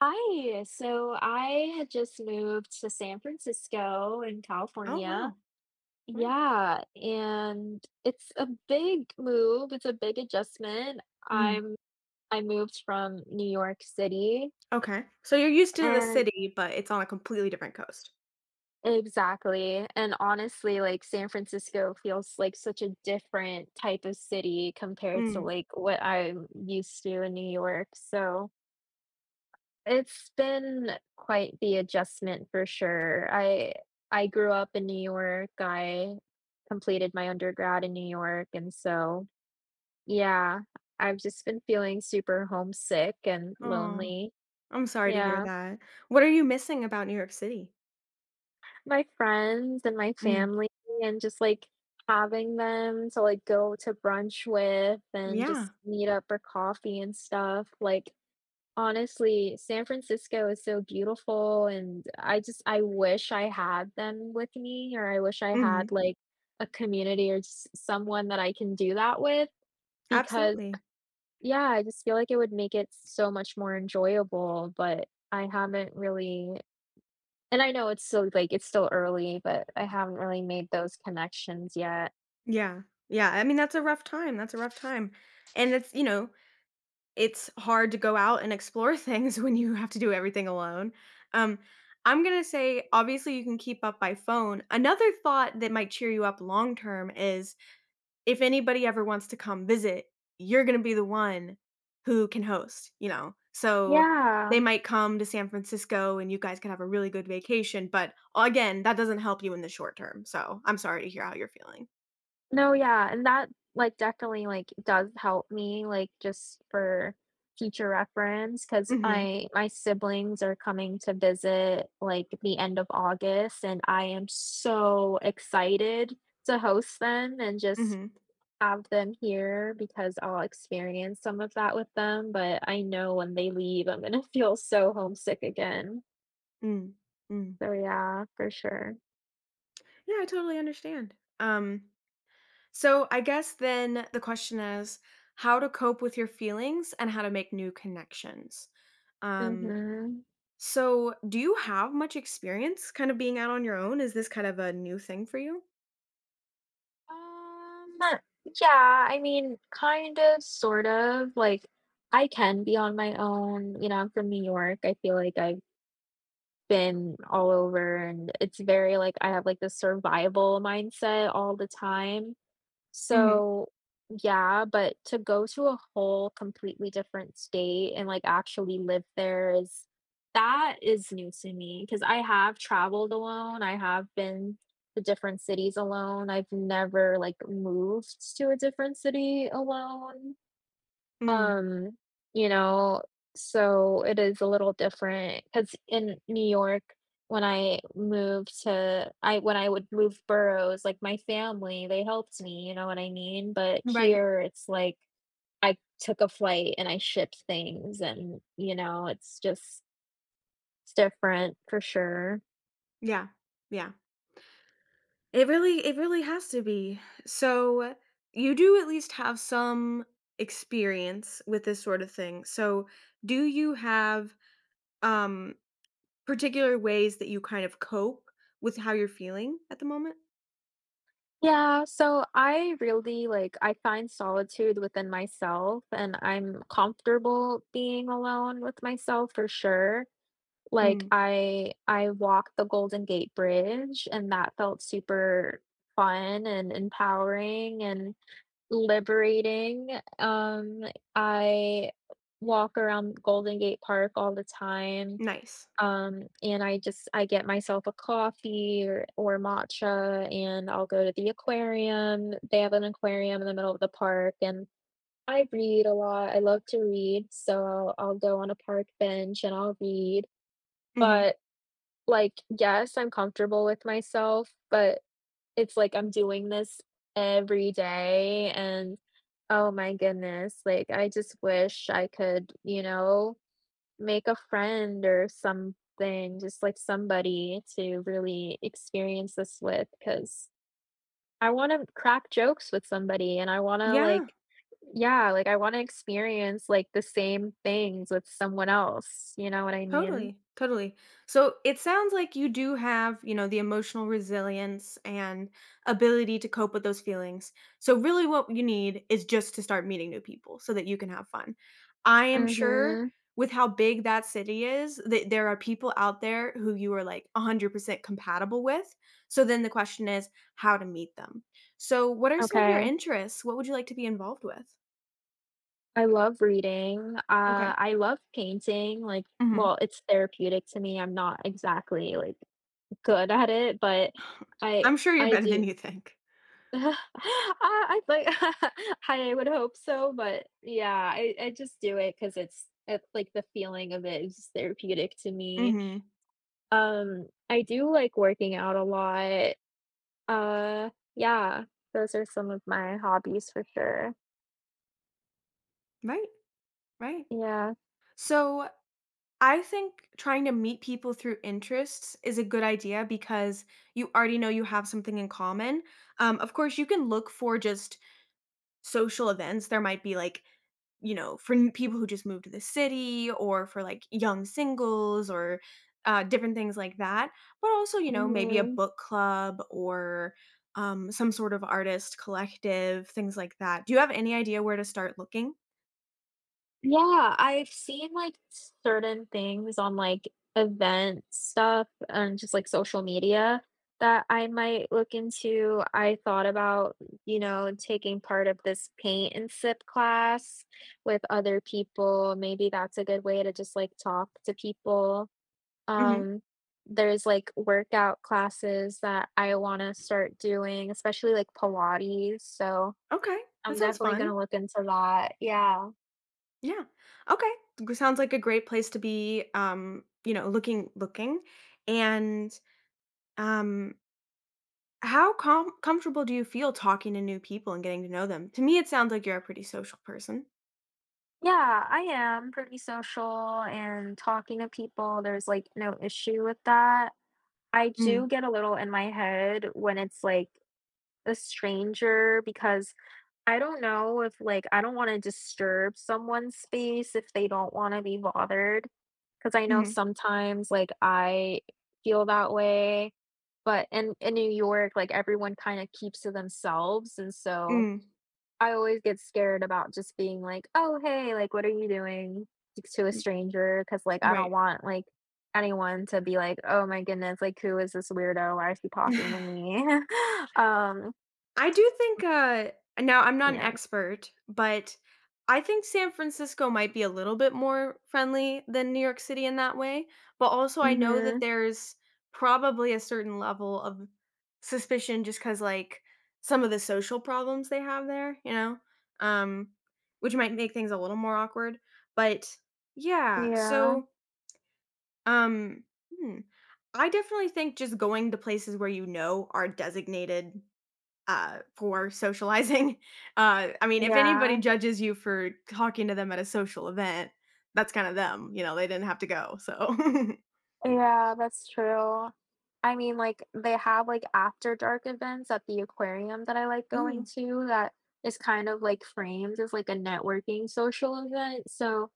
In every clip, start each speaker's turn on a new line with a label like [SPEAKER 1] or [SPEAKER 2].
[SPEAKER 1] Hi. So I had just moved to San Francisco in
[SPEAKER 2] Oh,
[SPEAKER 1] California.
[SPEAKER 2] wow. Right.
[SPEAKER 1] Yeah, and it's a big move. It's a big adjustment.
[SPEAKER 2] Mm.
[SPEAKER 1] I'm I moved from New York City
[SPEAKER 2] Okay. So you're used to the
[SPEAKER 1] and
[SPEAKER 2] city, but it's on a completely different coast.
[SPEAKER 1] exactly. And honestly, like San Francisco feels like such a different type of city compared to
[SPEAKER 2] Mm.
[SPEAKER 1] like what I'm used to in New York. So it's been quite the adjustment for sure. I grew up in New York. I completed my undergrad in New York, and so, yeah, I've just been feeling super homesick and
[SPEAKER 2] Oh,
[SPEAKER 1] lonely.
[SPEAKER 2] I'm sorry to hear
[SPEAKER 1] Yeah,
[SPEAKER 2] that. What are you missing about New York City?
[SPEAKER 1] my friends and my
[SPEAKER 2] Mm.
[SPEAKER 1] family and just, like, having them to, like, go to brunch with and just
[SPEAKER 2] Yeah.
[SPEAKER 1] meet up for coffee and stuff, like, honestly, San Francisco is so beautiful, and I wish I had them with me, or I wish I had,
[SPEAKER 2] Mhm.
[SPEAKER 1] like, a community or s someone that I can do that with because
[SPEAKER 2] Absolutely.
[SPEAKER 1] yeah, I just feel like it would make it so much more enjoyable, but I haven't really and I know it's still like, it's still early, but I haven't really made those connections yet.
[SPEAKER 2] Yeah. Yeah. I mean, that's a rough time. That's a rough time. And it's it's hard to go out and explore things when you have to do everything alone. Um, I'm going to say, obviously, you can keep up by phone. Another thought that might cheer you up long term is if anybody ever wants to come visit, you're gonna be the one who can host, So,
[SPEAKER 1] Yeah.
[SPEAKER 2] they might come to San Francisco and you guys can have a really good vacation, but, again, that doesn't help you in the short term, so I'm sorry to hear how you're feeling.
[SPEAKER 1] No, yeah, and that, like, definitely, like, does help me, like, just for future reference because
[SPEAKER 2] Mhm,
[SPEAKER 1] my siblings are coming to visit, like, the end of August, and I am so excited to host them and
[SPEAKER 2] mhm,
[SPEAKER 1] just
[SPEAKER 2] mm,
[SPEAKER 1] have them here because I'll experience some of that with them, but I know when they leave, I'm gonna feel so homesick again.
[SPEAKER 2] hmm. Mm. Mm.
[SPEAKER 1] So, yeah, for sure.
[SPEAKER 2] Yeah, I totally understand. Um, so I guess then the question is how to cope with your feelings and how to make new connections. Um
[SPEAKER 1] Mhm.
[SPEAKER 2] So, do you have much experience kind of being out on your own? Is this kind of a new thing for you?
[SPEAKER 1] Um, yeah, I mean, kind of, sort of. Like, I can be on my own. You know, I'm from New York. I feel like I've been all over, and it's very like I have like this survival mindset all the time.
[SPEAKER 2] Mhm.
[SPEAKER 1] So, yeah, but to go to a whole completely different state and, like, actually live there is that is new to me because I have traveled alone, I have been to different cities alone, I've never, like, moved to a different city alone.
[SPEAKER 2] Mm.
[SPEAKER 1] Um, you know, so it is a little different because in New York, when I moved to I when I would move boroughs, like, my family, they helped me, you know what I mean? But
[SPEAKER 2] Right.
[SPEAKER 1] here, it's like I took a flight and I shipped things and, you know, it's just it's different for sure.
[SPEAKER 2] Yeah. Yeah. It really has to be. So, you do at least have some experience with this sort of thing. So, do you have um particular ways that you kind of cope with how you're feeling at the moment?
[SPEAKER 1] Yeah, so I really, like I find solitude within myself, and I'm comfortable being alone with myself for sure. Like,
[SPEAKER 2] Mm.
[SPEAKER 1] I walked the Golden Gate Bridge, and that felt super fun and empowering and liberating. Um, I walk around Golden Gate Park all the time,
[SPEAKER 2] Nice.
[SPEAKER 1] and I get myself a coffee or matcha, and I'll go to the aquarium. They have an aquarium in the middle of the park, and I read a lot. I love to read, so I'll go on a park bench and I'll read.
[SPEAKER 2] Mhm.
[SPEAKER 1] But like, yes, I'm comfortable with myself, but it's like I'm doing this every day, and oh my goodness, like, I just wish I could, you know, make a friend or something, just like somebody to really experience this with. Because I wanna crack jokes with somebody and I wanna,
[SPEAKER 2] Yeah.
[SPEAKER 1] like yeah, like, I wanna experience, like, the same things with someone else, you know what I mean?
[SPEAKER 2] Totally, totally. So it sounds like you do have, the emotional resilience and ability to cope with those feelings. So really what you need is just to start meeting new people so that you can have fun. I am sure
[SPEAKER 1] Mhm.
[SPEAKER 2] with how big that city is, that there are people out there who you are like 100% compatible with. So then the question is how to meet them. So what are some of your
[SPEAKER 1] Okay.
[SPEAKER 2] interests? What would you like to be involved with?
[SPEAKER 1] I love reading.
[SPEAKER 2] Okay.
[SPEAKER 1] I love painting, like,
[SPEAKER 2] Mhm.
[SPEAKER 1] well, it's therapeutic to me. I'm not exactly, like, good at it, but I
[SPEAKER 2] I'm sure you're
[SPEAKER 1] I
[SPEAKER 2] better
[SPEAKER 1] do
[SPEAKER 2] than you think.
[SPEAKER 1] I I like I would hope so, but yeah, I just do it because it's like the feeling of it is therapeutic to me.
[SPEAKER 2] Mhm.
[SPEAKER 1] I do like working out a lot. Uh, yeah, those are some of my hobbies for sure.
[SPEAKER 2] Right. Right.
[SPEAKER 1] Yeah.
[SPEAKER 2] So I think trying to meet people through interests is a good idea because you already know you have something in common. Of course, you can look for just social events. There might be like, for people who just moved to the city or for like young singles or different things like that. But also, maybe a
[SPEAKER 1] Mhm.
[SPEAKER 2] book club or some sort of artist collective, things like that. Do you have any idea where to start looking?
[SPEAKER 1] Yeah, I've seen, like, certain things on, like, event stuff and just, like, social media that I might look into. I thought about, you know, taking part of this paint and sip class with other people. Maybe that's a good way to just, like, talk to people.
[SPEAKER 2] Hmm.
[SPEAKER 1] Um, there's, like, workout classes that I wanna start doing, especially, like, Pilates, so
[SPEAKER 2] Okay.
[SPEAKER 1] I'm
[SPEAKER 2] That sounds
[SPEAKER 1] definitely
[SPEAKER 2] fun.
[SPEAKER 1] gonna look into that. Yeah.
[SPEAKER 2] Yeah. Okay. Sounds like a great place to be. You know, looking, and um, how comfortable do you feel talking to new people and getting to know them? To me, it sounds like you're a pretty social person.
[SPEAKER 1] Yeah, I am pretty social and talking to people. There's like no issue with that. I
[SPEAKER 2] Mm,
[SPEAKER 1] do get a little in my head when it's like a stranger because I don't know if like I don't want to disturb someone's space if they don't want to be bothered. Because I know
[SPEAKER 2] mm-hmm,
[SPEAKER 1] sometimes like I feel that way. But in New York, like everyone kind of keeps to themselves. And so
[SPEAKER 2] mm,
[SPEAKER 1] I always get scared about just being like, "Oh, hey, like, what are you doing?" to a
[SPEAKER 2] mm,
[SPEAKER 1] stranger?" Because like, I don't
[SPEAKER 2] right.
[SPEAKER 1] want, like, anyone to be like, "Oh my goodness, like, who is this weirdo? Why is he talking to me?" Um,
[SPEAKER 2] I do think, now I'm not an
[SPEAKER 1] yeah.
[SPEAKER 2] expert, but I think San Francisco might be a little bit more friendly than New York City in that way, but also I know that
[SPEAKER 1] Mhm.
[SPEAKER 2] there's probably a certain level of suspicion just because, like, some of the social problems they have there, Um, which might make things a little more awkward, but yeah,
[SPEAKER 1] Yeah.
[SPEAKER 2] so, um, hmm, I definitely think just going to places where you know are designated for socializing. I mean, if anybody
[SPEAKER 1] Yeah.
[SPEAKER 2] judges you for talking to them at a social event, that's kind of them. You know, they didn't have to go. So,
[SPEAKER 1] Yeah, that's true. I mean, like, they have, like, after dark events at the aquarium that I like going
[SPEAKER 2] ooh,
[SPEAKER 1] to that is kind of, like, framed as, like, a networking social event, so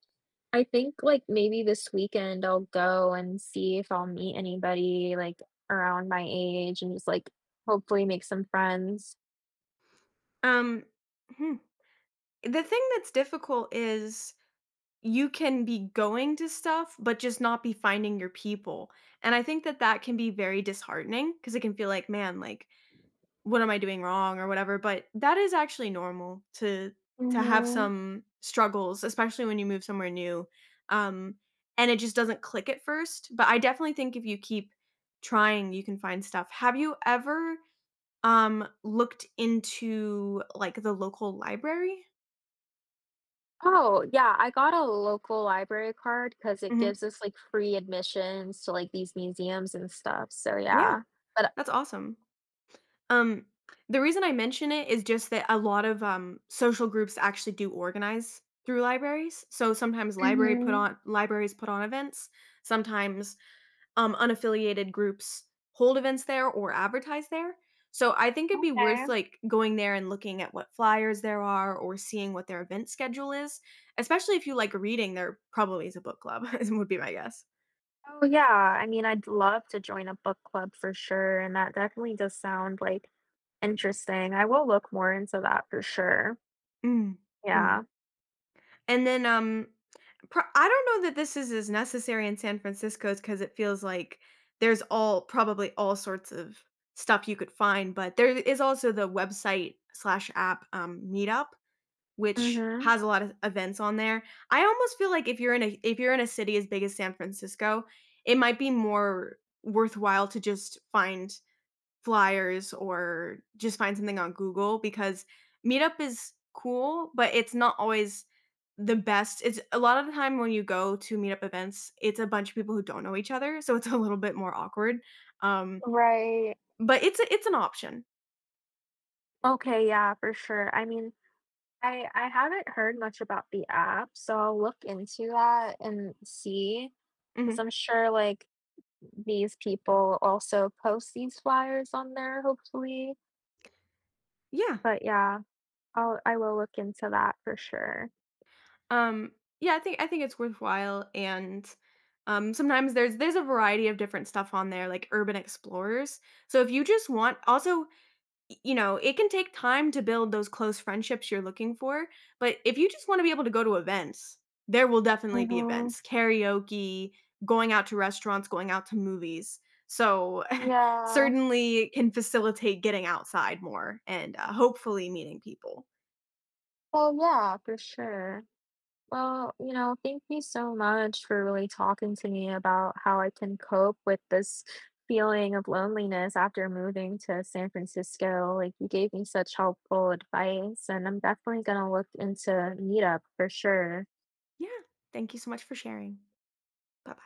[SPEAKER 1] I think, like, maybe this weekend I'll go and see if I'll meet anybody, like, around my age and just, like, hopefully make some friends.
[SPEAKER 2] um, hmm. The thing that's difficult is you can be going to stuff, but just not be finding your people. And I think that that can be very disheartening because it can feel like, man, like what am I doing wrong or whatever, but that is actually normal to have
[SPEAKER 1] Mhm.
[SPEAKER 2] some struggles, especially when you move somewhere new, um, and it just doesn't click at first, but I definitely think if you keep trying, you can find stuff. Have you ever, looked into, like, the local library?
[SPEAKER 1] Oh, yeah, I got a local library card because it
[SPEAKER 2] Mhm.
[SPEAKER 1] gives us, like, free admissions to, like, these museums and stuff, so
[SPEAKER 2] Yeah,
[SPEAKER 1] yeah, but
[SPEAKER 2] that's awesome. Um, the reason I mention it is just that a lot of, social groups actually do organize through libraries. So sometimes library put
[SPEAKER 1] Mhm.
[SPEAKER 2] on libraries put on events. Sometimes, unaffiliated groups hold events there or advertise there. So I think it'd be
[SPEAKER 1] Okay.
[SPEAKER 2] worth, like, going there and looking at what flyers there are or seeing what their event schedule is, especially if you like reading, there probably is a book club, would be my guess.
[SPEAKER 1] Oh, yeah, I mean, I'd love to join a book club for sure, and that definitely does sound, like, interesting. I will look more into that for sure.
[SPEAKER 2] Mm. Mm.
[SPEAKER 1] Yeah.
[SPEAKER 2] And then, pro I don't know that this is as necessary in San Francisco because it feels like there's all probably all sorts of stuff you could find, but there is also the website/app, slash app Meetup, which
[SPEAKER 1] Mhm.
[SPEAKER 2] has a lot of events on there. I almost feel like if you're in a city as big as San Francisco, it might be more worthwhile to just find flyers or just find something on Google because Meetup is cool, but it's not always the best. It's a lot of the time when you go to Meetup events, it's a bunch of people who don't know each other, so it's a little bit more awkward. Um,
[SPEAKER 1] Right.
[SPEAKER 2] but it's an option.
[SPEAKER 1] Okay, yeah, for sure. I mean, I haven't heard much about the app, so I'll look into that and see. Because 'cause
[SPEAKER 2] Mhm.
[SPEAKER 1] I'm sure, like, these people also post these flyers on there, hopefully.
[SPEAKER 2] Yeah.
[SPEAKER 1] But yeah, I will look into that for sure.
[SPEAKER 2] Um, yeah, I think it's worthwhile and sometimes there's a variety of different stuff on there like urban explorers. So if you just want also you know, it can take time to build those close friendships you're looking for. But if you just want to be able to go to events, there will definitely be
[SPEAKER 1] Mhm.
[SPEAKER 2] events, karaoke, going out to restaurants, going out to movies. So
[SPEAKER 1] Yeah.
[SPEAKER 2] certainly can facilitate getting outside more and hopefully meeting people.
[SPEAKER 1] Oh yeah, for sure. Well, you know, thank you so much for really talking to me about how I can cope with this feeling of loneliness after moving to San Francisco. Like, you gave me such helpful advice, and I'm definitely going to look into Meetup for sure.
[SPEAKER 2] Yeah. Thank you so much for sharing. Bye bye.